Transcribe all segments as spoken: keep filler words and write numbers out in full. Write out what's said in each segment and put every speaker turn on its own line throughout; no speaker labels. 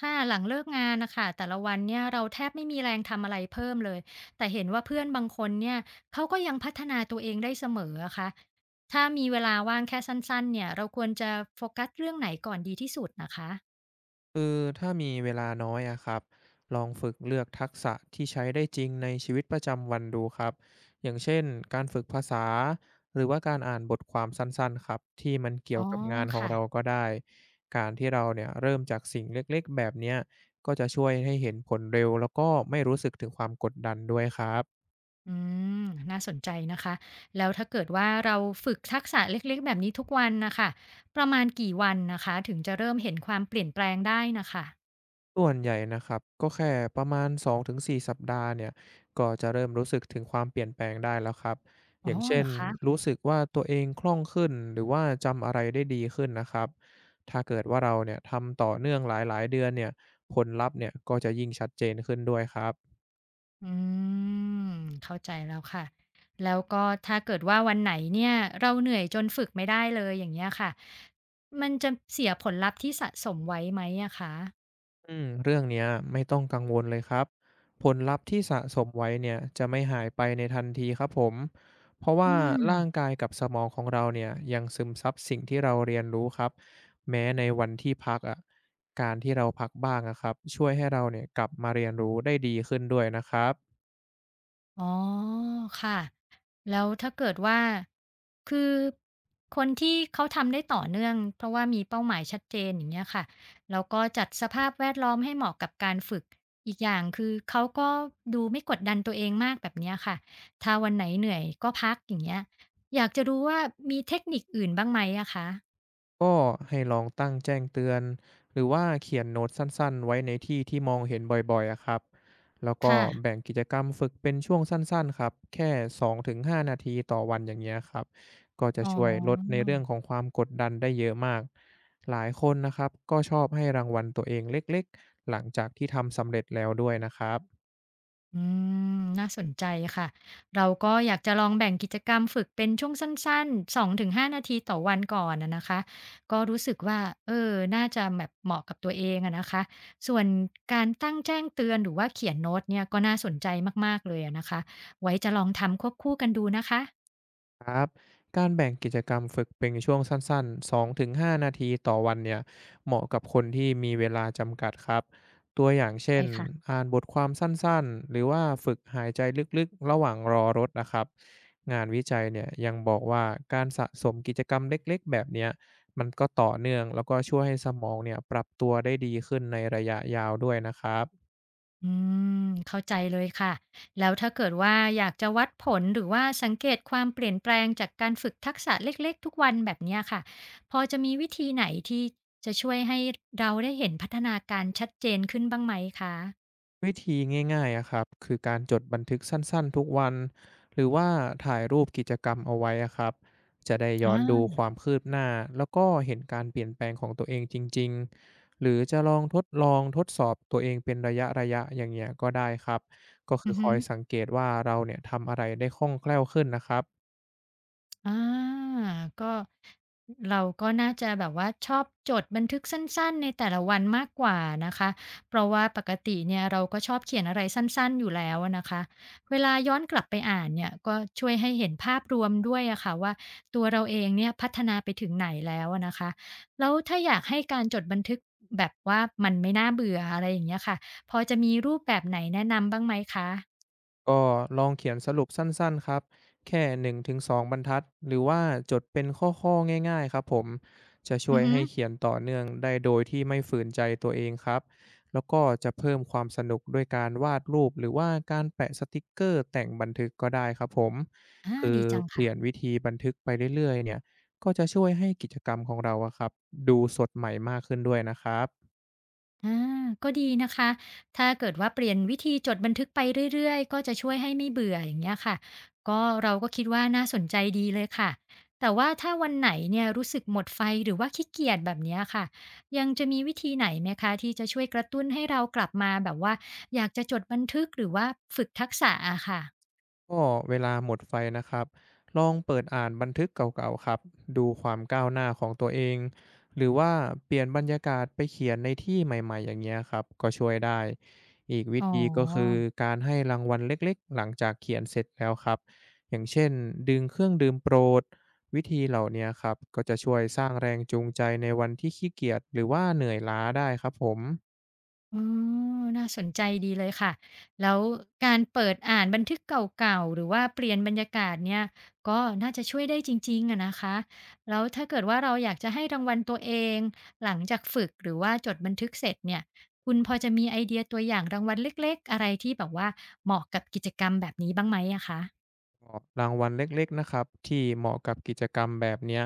ค่ะหลังเลิกงานนะคะแต่ละวันเนี่ยเราแทบไม่มีแรงทำอะไรเพิ่มเลยแต่เห็นว่าเพื่อนบางคนเนี่ยเขาก็ยังพัฒนาตัวเองได้เสมออะคะถ้ามีเวลาว่างแค่สั้นๆเนี่ยเราควรจะโฟกัสเรื่องไหนก่อนดีที่สุดนะคะ
คือถ้ามีเวลาน้อยอะครับลองฝึกเลือกทักษะที่ใช้ได้จริงในชีวิตประจำวันดูครับอย่างเช่นการฝึกภาษาหรือว่าการอ่านบทความสั้นๆครับที่มันเกี่
อ๋
ย
อ
วกับงานของ
ค่ะ
เราก็ได้การที่เราเนี่ยเริ่มจากสิ่งเล็กๆแบบเนี้ยก็จะช่วยให้เห็นผลเร็วแล้วก็ไม่รู้สึกถึงความกดดันด้วยครับ
อืมน่าสนใจนะคะแล้วถ้าเกิดว่าเราฝึกทักษะเล็กๆแบบนี้ทุกวันนะคะประมาณกี่วันนะคะถึงจะเริ่มเห็นความเปลี่ยนแปลงได้นะคะ
ส่วนใหญ่นะครับก็แค่ประมาณสองถึงสี่สสัปดาห์เนี่ยก็จะเริ่มรู้สึกถึงความเปลี่ยนแปลงได้แล้วครับอ
อ๋อ
ย่างเช่
เหร
น
อคะ
รู้สึกว่าตัวเองคล่องขึ้นหรือว่าจำอะไรได้ดีขึ้นนะครับถ้าเกิดว่าเราเนี่ยทำต่อเนื่องหลายๆเดือนเนี่ยผลลัพธ์เนี่ยก็จะยิ่งชัดเจนขึ้นด้วยครับ
อืมเข้าใจแล้วค่ะแล้วก็ถ้าเกิดว่าวันไหนเนี่ยเราเหนื่อยจนฝึกไม่ได้เลยอย่างเงี้ยค่ะมันจะเสียผลลัพธ์ที่สะสมไว้ไหมอะคะ
อืมเรื่องเนี้ยไม่ต้องกังวลเลยครับผลลัพธ์ที่สะสมไว้เนี่ยจะไม่หายไปในทันทีครับผมเพราะ
อื
ว่า
ม
ร่างกายกับสมองของเราเนี่ยยังซึมซับสิ่งที่เราเรียนรู้ครับแม้ในวันที่พักอ่ะการที่เราพักบ้างอะครับช่วยให้เราเนี่ยกลับมาเรียนรู้ได้ดีขึ้นด้วยนะครับ
อ๋อค่ะแล้วถ้าเกิดว่าคือคนที่เขาทำได้ต่อเนื่องเพราะว่ามีเป้าหมายชัดเจนอย่างเงี้ยค่ะแล้วก็จัดสภาพแวดล้อมให้เหมาะกับการฝึกอีกอย่างคือเขาก็ดูไม่กดดันตัวเองมากแบบเนี้ยค่ะถ้าวันไหนเหนื่อยก็พักอย่างเงี้ยอยากจะรู้ว่ามีเทคนิคอื่นบ้างไหมอะคะ
ก็ให้ลองตั้งแจ้งเตือนหรือว่าเขียนโน้ตสั้น ๆ ไว้ในที่ที่มองเห็นบ่อยๆอะครับแล้วก็
ค่ะ
แบ่งกิจกรรมฝึกเป็นช่วงสั้นๆครับแค่สองถึงห้านาทีต่อวันอย่างเงี้ยครับก็จะ
อ๋อ
ช่วยลดในเรื่องของความกดดันได้เยอะมากหลายคนนะครับก็ชอบให้รางวัลตัวเองเล็กๆ หลังจากที่ทำสำเร็จแล้วด้วยนะครับ
อืมน่าสนใจค่ะ เราก็อยากจะลองแบ่งกิจกรรมฝึกเป็นช่วงสั้นๆสองถึงห้านาทีต่อวันก่อนนะนะคะ ก็รู้สึกว่าเออน่าจะแบบเหมาะกับตัวเองอะนะคะ ส่วนการตั้งแจ้งเตือนหรือว่าเขียนโน้ตเนี่ยก็น่าสนใจมากๆเลยอะนะคะ ไว้จะลองทำควบคู่กันดูนะคะ
ครับการแบ่งกิจกรรมฝึกเป็นช่วงสั้นๆสองถึงห้านาทีต่อวันเนี่ยเหมาะกับคนที่มีเวลาจำกัดครับตัวอย่างเช่
ใช่
น
ค่ะ
อ่านบทความสั้นๆหรือว่าฝึกหายใจลึกๆระหว่างรอรถนะครับงานวิจัยเนี่ยยังบอกว่าการสะสมกิจกรรมเล็กๆแบบเนี้ยมันก็ต่อเนื่องแล้วก็ช่วยให้สมองเนี่ยปรับตัวได้ดีขึ้นในระยะยาวด้วยนะครับ
อืมเข้าใจเลยค่ะแล้วถ้าเกิดว่าอยากจะวัดผลหรือว่าสังเกตความเปลี่ยนแปลงจากการฝึกทักษะเล็กๆทุกวันแบบเนี้ยค่ะพอจะมีวิธีไหนที่จะช่วยให้เราได้เห็นพัฒนาการชัดเจนขึ้นบ้างไหมคะ
วิธีง่ายๆอะครับคือการจดบันทึกสั้นๆ ทุกวันหรือว่าถ่ายรูปกิจกรรมเอาไว้อะครับ จะได้ย้อนดู
อา
ความคืบหน้าแล้วก็เห็นการเปลี่ยนแปลงของตัวเองจริงๆ หรือจะลองทดลองทดสอบตัวเองเป็นระยะๆอย่างเงี้ยก็ได้ครับ ก็คื
อื
อ
อ
ค
ฮึ
อยสังเกตว่าเราเนี่ยทำอะไรได้คล่องแคล่วขึ้นนะครับ
อาก็เราก็น่าจะแบบว่าชอบจดบันทึกสั้นๆในแต่ละวันมากกว่านะคะเพราะว่าปกติเนี่ยเราก็ชอบเขียนอะไรสั้นๆอยู่แล้วอะนะคะเวลาย้อนกลับไปอ่านเนี่ยก็ช่วยให้เห็นภาพรวมด้วยอะค่ะว่าตัวเราเองเนี่ยพัฒนาไปถึงไหนแล้วอะนะคะแล้วถ้าอยากให้การจดบันทึกแบบว่ามันไม่น่าเบื่ออะไรอย่างเงี้ยค่ะพอจะมีรูปแบบไหนแนะนำบ้างไหมคะ
ก็ลองเขียนสรุปสั้นๆครับแค่หนึ่งถึงสองบรรทัดหรือว่าจดเป็นข้อๆง่ายๆครับผมจะช่
อื
ว
อ
ย
ฮึ
ให้เขียนต่อเนื่องได้โดยที่ไม่ฝืนใจตัวเองครับแล้วก็จะเพิ่มความสนุกด้วยการวาดรูปหรือว่าการแปะสติกเกอร์แต่งบันทึกก็ได้ครับผม
อา
คือ
ดีจัง
เป
ค่ะ
ลี่ยนวิธีบันทึกไปเรื่อยๆเนี่ยก็จะช่วยให้กิจกรรมของเราอะครับดูสดใหม่มากขึ้นด้วยนะครับ
อาก็ดีนะคะถ้าเกิดว่าเปลี่ยนวิธีจดบันทึกไปเรื่อยๆก็จะช่วยให้ไม่เบื่ออย่างเงี้ยค่ะก็เราก็คิดว่าน่าสนใจดีเลยค่ะแต่ว่าถ้าวันไหนเนี่ยรู้สึกหมดไฟหรือว่าขี้เกียจแบบเนี้ยค่ะยังจะมีวิธีไหนไหมคะที่จะช่วยกระตุ้นให้เรากลับมาแบบว่าอยากจะจดบันทึกหรือว่าฝึกทักษะอะค่ะ
ก็เวลาหมดไฟนะครับลองเปิดอ่านบันทึกเก่าๆครับดูความก้าวหน้าของตัวเองหรือว่าเปลี่ยนบรรยากาศไปเขียนในที่ใหม่ๆอย่างเงี้ยครับก็ช่วยได้อีกวิ
อ๋อ
ธีก็คือการให้รางวัลเล็กๆหลังจากเขียนเสร็จแล้วครับอย่างเช่นดึงเครื่องดื่มโปรดวิธีเหล่าเนี้ยครับก็จะช่วยสร้างแรงจูงใจในวันที่ขี้เกียจหรือว่าเหนื่อยล้าได้ครับผม
อ๋อน่าสนใจดีเลยค่ะ แล้วการเปิดอ่านบันทึกเก่าๆ หรือว่าเปลี่ยนบรรยากาศเนี่ยก็น่าจะช่วยได้จริงๆอะนะคะแล้วถ้าเกิดว่าเราอยากจะให้รางวัลตัวเองหลังจากฝึกหรือว่าจดบันทึกเสร็จเนี่ยคุณพอจะมีไอเดียตัวอย่างรางวัลเล็กๆอะไรที่แบบว่าเหมาะกับกิจกรรมแบบนี้บ้างไหมอะคะ
ก็รางวัลเล็กๆนะครับที่เหมาะกับกิจกรรมแบบเนี้ย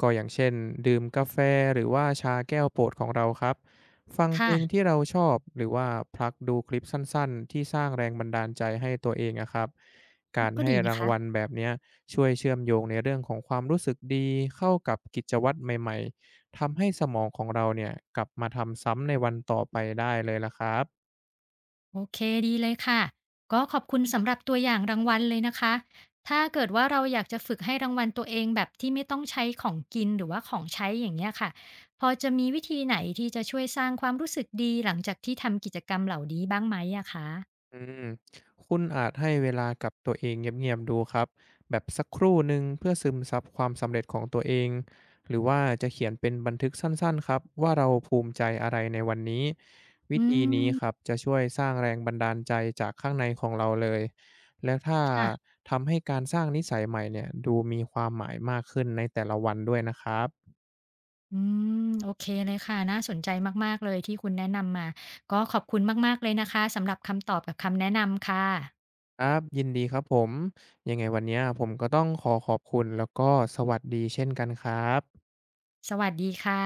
ก็อย่างเช่นดื่มกาแฟหรือว่าชาแก้วโปรดของเราครับฟังเพลง
ค่ะ
ที่เราชอบหรือว่าพลักดูคลิปสั้นๆที่สร้างแรงบันดาลใจให้ตัวเองนะครับการ
ก็
ให้
ดีนะ
ราง
คะ
วัลแบบเนี้ยช่วยเชื่อมโยงในเรื่องของความรู้สึกดีเข้ากับกิจวัตรใหม่ๆทำให้สมองของเราเนี่ยกลับมาทำซ้ำในวันต่อไปได้เลยละครับ
โอเคดีเลยค่ะก็ขอบคุณสำหรับตัวอย่างรางวัลเลยนะคะถ้าเกิดว่าเราอยากจะฝึกให้รางวัลตัวเองแบบที่ไม่ต้องใช้ของกินหรือว่าของใช้อย่างเงี้ยค่ะพอจะมีวิธีไหนที่จะช่วยสร้างความรู้สึกดีหลังจากที่ทำกิจกรรมเหล่านี้บ้างไหมอะคะ
อืมคุณอาจให้เวลากับตัวเองเงียบๆดูครับแบบสักครู่หนึ่งเพื่อซึมซับความสำเร็จของตัวเองหรือว่าจะเขียนเป็นบันทึกสั้นๆครับว่าเราภูมิใจอะไรในวันนี้วิ
อื
ธีนี้ครับ
ม
จะช่วยสร้างแรงบันดาลใจจากข้างในของเราเลยแล้วถ้า
ค่ะ
ทำให้การสร้างนิสัยใหม่เนี่ยดูมีความหมายมากขึ้นในแต่ละวันด้วยนะครับ
อืมโอเคเลยค่ะน่าสนใจมากๆเลยที่คุณแนะนำมาก็ขอบคุณมากๆเลยนะคะสำหรับคำตอบกับคำแนะนำค่ะ
ครับยินดีครับผมยังไงวันเนี้ยผมก็ต้องขอขอบคุณแล้วก็สวัสดีเช่นกันครับ
สวัสดีค่ะ